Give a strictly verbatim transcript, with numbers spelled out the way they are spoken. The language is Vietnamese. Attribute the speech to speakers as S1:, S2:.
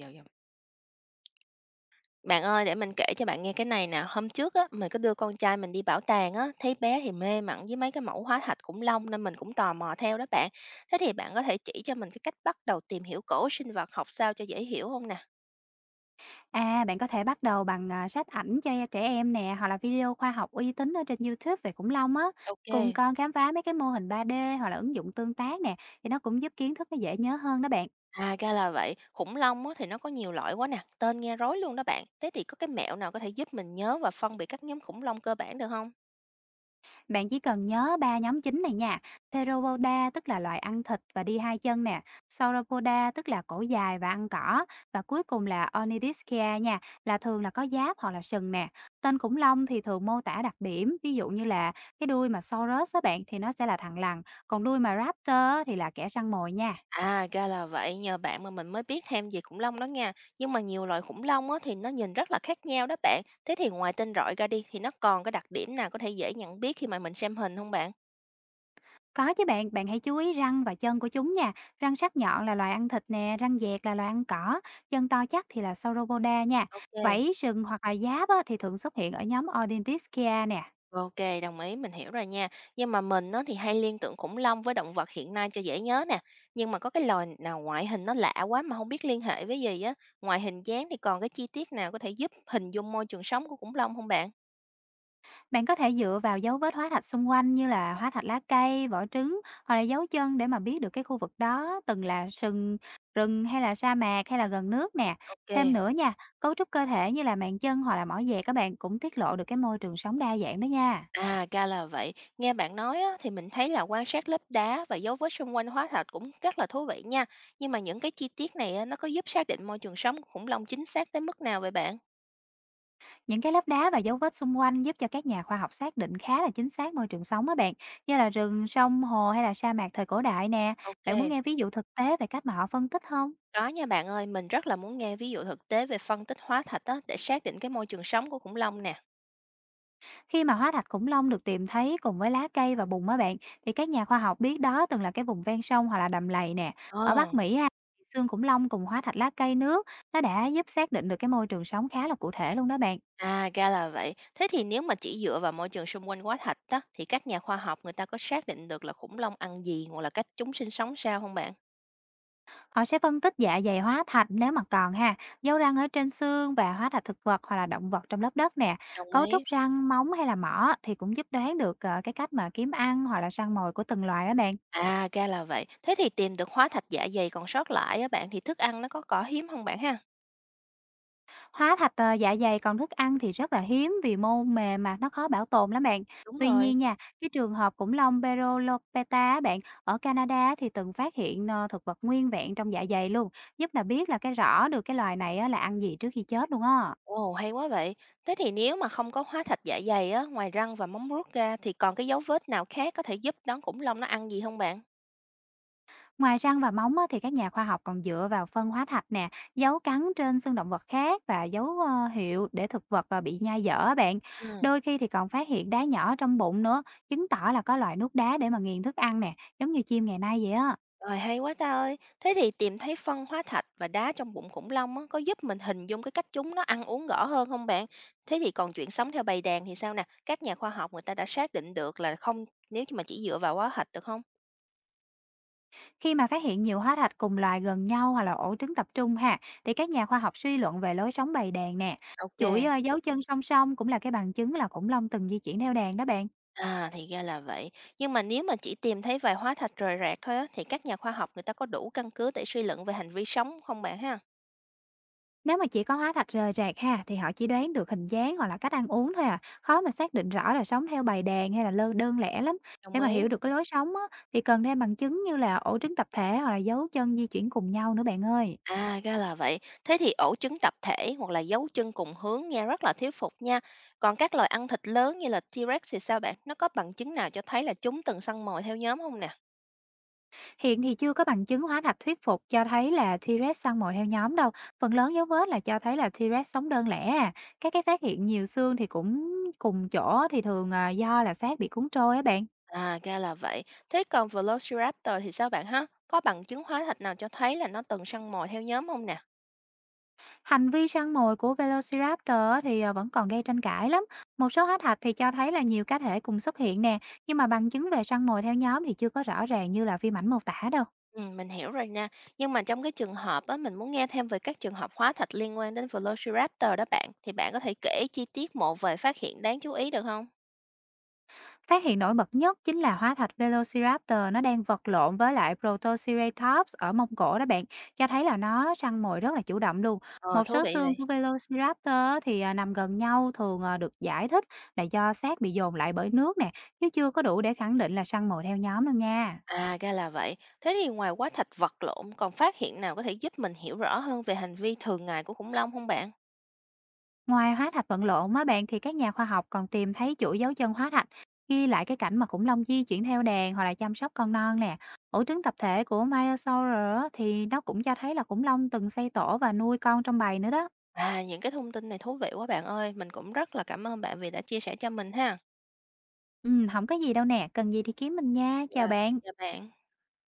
S1: Hiểu, hiểu. Bạn ơi, để mình kể cho bạn nghe cái này nè. Hôm trước á, mình có đưa con trai mình đi bảo tàng á, thấy bé thì mê mẩn với mấy cái mẫu hóa thạch khủng long nên mình cũng tò mò theo đó bạn. Thế thì bạn có thể chỉ cho mình cái cách bắt đầu tìm hiểu cổ sinh vật học sao cho dễ hiểu không nè?
S2: À, bạn có thể bắt đầu bằng, à, sách ảnh cho trẻ em nè, hoặc là video khoa học uy tín ở trên YouTube về khủng long á, cùng
S1: Ok.
S2: con khám phá mấy cái mô hình ba đê hoặc là ứng dụng tương tác nè, thì nó cũng giúp kiến thức nó dễ nhớ hơn đó bạn.
S1: À, ra là vậy. Khủng long á, thì nó có nhiều loại quá nè. Tên nghe rối luôn đó bạn. Thế thì có cái mẹo nào có thể giúp mình nhớ và phân biệt các nhóm khủng long cơ bản được không?
S2: Bạn chỉ cần nhớ ba nhóm chính này nha. Theropoda tức là loài ăn thịt và đi hai chân nè. Sauropoda tức là cổ dài và ăn cỏ. Và cuối cùng là Onidischia nha, là thường là có giáp hoặc là sừng nè. Tên khủng long thì thường mô tả đặc điểm, ví dụ như là cái đuôi mà Saurus đó bạn thì nó sẽ là thằn lằn, còn đuôi mà Raptor á thì là kẻ săn mồi nha.
S1: À, ra là vậy, nhờ bạn mà mình mới biết thêm về khủng long đó nha. Nhưng mà nhiều loài khủng long á, thì nó nhìn rất là khác nhau đó bạn. Thế thì ngoài tên gọi ra đi, thì nó còn cái đặc điểm nào có thể dễ nhận biết khi mà mình xem hình không bạn?
S2: Có chứ bạn, bạn hãy chú ý răng và chân của chúng nha. Răng sắc nhọn là loài ăn thịt nè, răng dẹt là loài ăn cỏ, chân to chắc thì là Sauropoda nha.
S1: Ok,
S2: Vảy sừng hoặc là giáp á, thì thường xuất hiện ở nhóm Odontiscia nè.
S1: ok, đồng ý, mình hiểu rồi nha. Nhưng mà mình nó thì hay liên tưởng khủng long với động vật hiện nay cho dễ nhớ nè. Nhưng mà có cái loài nào ngoại hình nó lạ quá mà không biết liên hệ với gì á. Ngoài hình dáng thì còn cái chi tiết nào có thể giúp hình dung môi trường sống của khủng long không bạn?
S2: Bạn có thể dựa vào dấu vết hóa thạch xung quanh như là hóa thạch lá cây, vỏ trứng hoặc là dấu chân để mà biết được cái khu vực đó từng là sừng, rừng hay là sa mạc hay là gần nước nè. Thêm
S1: Ok.
S2: nữa nha, cấu trúc cơ thể như là màng chân hoặc là mỏ dẹt các bạn cũng tiết lộ được cái môi trường sống đa dạng đó nha.
S1: À, ra là vậy. Nghe bạn nói á, thì mình thấy là quan sát lớp đá và dấu vết xung quanh hóa thạch cũng rất là thú vị nha. Nhưng mà những cái chi tiết này á, nó có giúp xác định môi trường sống của khủng long chính xác tới mức nào vậy bạn?
S2: Những cái lớp đá và dấu vết xung quanh giúp cho các nhà khoa học xác định khá là chính xác môi trường sống á bạn, như là rừng, sông, hồ hay là sa mạc thời cổ đại nè.
S1: Ok,
S2: Bạn muốn nghe ví dụ thực tế về cách mà họ phân tích không?
S1: có nha bạn ơi. Mình rất là muốn nghe ví dụ thực tế về phân tích hóa thạch á, để xác định cái môi trường sống của khủng long nè.
S2: Khi mà hóa thạch khủng long được tìm thấy cùng với lá cây và bùn á bạn, thì các nhà khoa học biết đó từng là cái vùng ven sông hoặc là đầm lầy nè.
S1: Ồ,
S2: Ở Bắc Mỹ ha, xương khủng long cùng hóa thạch lá cây nước, nó đã giúp xác định được cái môi trường sống khá là cụ thể luôn đó bạn.
S1: à, ra là vậy. Thế thì nếu mà chỉ dựa vào môi trường xung quanh hóa thạch đó thì các nhà khoa học người ta có xác định được là khủng long ăn gì hoặc là cách chúng sinh sống sao không bạn?
S2: Họ sẽ phân tích dạ dày hóa thạch nếu mà còn ha, dấu răng ở trên xương và hóa thạch thực vật hoặc là động vật trong lớp đất nè.
S1: Đồng
S2: Cấu trúc
S1: ý.
S2: răng, móng hay là mỏ thì cũng giúp đoán được ờ, cái cách mà kiếm ăn hoặc là săn mồi của từng loài á bạn.
S1: À, ra là vậy. Thế thì tìm được hóa thạch dạ dày còn sót lại á bạn, thì thức ăn nó có có hiếm không bạn ha?
S2: Hóa thạch ờ, dạ dày còn thức ăn thì rất là hiếm vì mô mềm mà nó khó bảo tồn lắm bạn.
S1: Đúng
S2: Tuy
S1: rồi.
S2: nhiên nha, cái trường hợp khủng long Perolopeta á bạn ở Canada thì từng phát hiện ờ, thực vật nguyên vẹn trong dạ dày luôn, giúp là biết là cái rõ được cái loài này á là ăn gì trước khi chết luôn á.
S1: Ồ, hay quá vậy. Thế thì nếu mà không có hóa thạch dạ dày á, ngoài răng và móng vuốt ra thì còn cái dấu vết nào khác có thể giúp đón khủng long nó ăn gì không bạn?
S2: Ngoài răng và móng á, thì các nhà khoa học còn dựa vào phân hóa thạch nè, dấu cắn trên xương động vật khác và dấu ờ, hiệu để thực vật ờ, bị nhai dở á bạn.
S1: Ừ,
S2: Đôi khi thì còn phát hiện đá nhỏ trong bụng nữa, chứng tỏ là có loại nuốt đá để mà nghiền thức ăn nè, giống như chim ngày nay vậy á.
S1: rồi hay quá ta ơi. Thế thì tìm thấy phân hóa thạch và đá trong bụng khủng long á, có giúp mình hình dung cái cách chúng nó ăn uống rõ hơn không bạn? Thế thì còn chuyện sống theo bầy đàn thì sao nè? Các nhà khoa học người ta đã xác định được là không nếu như mà chỉ dựa vào hóa thạch được không?
S2: Khi mà phát hiện nhiều hóa thạch cùng loài gần nhau hoặc là ổ trứng tập trung ha, thì các nhà khoa học suy luận về lối sống bầy đàn nè.
S1: Ô.
S2: Chuỗi ờ, dấu chân song song cũng là cái bằng chứng là khủng long từng di chuyển theo đàn đó bạn.
S1: À, thì ra là vậy. Nhưng mà nếu mà chỉ tìm thấy vài hóa thạch rời rạc thôi á, thì các nhà khoa học người ta có đủ căn cứ để suy luận về hành vi sống không bạn ha?
S2: Nếu mà chỉ có hóa thạch rời rạc ha, thì họ chỉ đoán được hình dáng hoặc là cách ăn uống thôi à, khó mà xác định rõ là sống theo bầy đàn hay là lơ đơn lẻ lắm. Để
S1: Đồng
S2: mà
S1: ý.
S2: hiểu được cái lối sống á, thì cần thêm bằng chứng như là ổ trứng tập thể hoặc là dấu chân di chuyển cùng nhau nữa bạn ơi.
S1: À, ra là vậy. Thế thì ổ trứng tập thể hoặc là dấu chân cùng hướng nghe rất là thuyết phục nha. Còn các loài ăn thịt lớn như là ti rét thì sao bạn? Nó có bằng chứng nào cho thấy là chúng từng săn mồi theo nhóm không nè?
S2: Hiện thì chưa có bằng chứng hóa thạch thuyết phục cho thấy là T-Rex săn mồi theo nhóm đâu. Phần lớn dấu vết là cho thấy là T-Rex sống đơn lẻ à. Các cái phát hiện nhiều xương thì cũng cùng chỗ thì thường à, do là xác bị cuốn trôi á bạn.
S1: À, ra là vậy. Thế còn Velociraptor thì sao bạn ha? Có bằng chứng hóa thạch nào cho thấy là nó từng săn mồi theo nhóm không nè?
S2: Hành vi săn mồi của Velociraptor thì, ờ, vẫn còn gây tranh cãi lắm. Một số hết hạch thì cho thấy là nhiều cá thể cùng xuất hiện nè, nhưng mà bằng chứng về săn mồi theo nhóm thì chưa có rõ ràng như là phim ảnh mô tả đâu.
S1: Ừm, mình hiểu rồi nha. Nhưng mà trong cái trường hợp á, mình muốn nghe thêm về các trường hợp hóa thạch liên quan đến Velociraptor đó bạn, thì bạn có thể kể chi tiết một vài phát hiện đáng chú ý được không?
S2: Phát hiện nổi bật nhất chính là hóa thạch Velociraptor nó đang vật lộn với lại Protoceratops ở Mông Cổ đó bạn, cho thấy là nó săn mồi rất là chủ động luôn.
S1: Ờ,
S2: Một
S1: thú
S2: số
S1: vị
S2: xương
S1: vậy.
S2: của Velociraptor á thì, à, nằm gần nhau thường, ờ, được giải thích là do xác bị dồn lại bởi nước nè, chứ chưa có đủ để khẳng định là săn mồi theo nhóm đâu nha.
S1: À, ra là vậy. Thế thì ngoài hóa thạch vật lộn còn phát hiện nào có thể giúp mình hiểu rõ hơn về hành vi thường ngày của khủng long không bạn?
S2: Ngoài hóa thạch vật lộn á bạn thì các nhà khoa học còn tìm thấy chuỗi dấu chân hóa thạch, ghi lại cái cảnh mà khủng long di chuyển theo đàn hoặc là chăm sóc con non nè. Ổ trứng tập thể của Myosaurus á, thì nó cũng cho thấy là khủng long từng xây tổ và nuôi con trong bầy nữa đó.
S1: À, những cái thông tin này thú vị quá bạn ơi. Mình cũng rất là cảm ơn bạn vì đã chia sẻ cho mình ha.
S2: Ừ, không có gì đâu nè, cần gì thì kiếm mình nha, chào
S1: Dạ,
S2: bạn.
S1: chào bạn.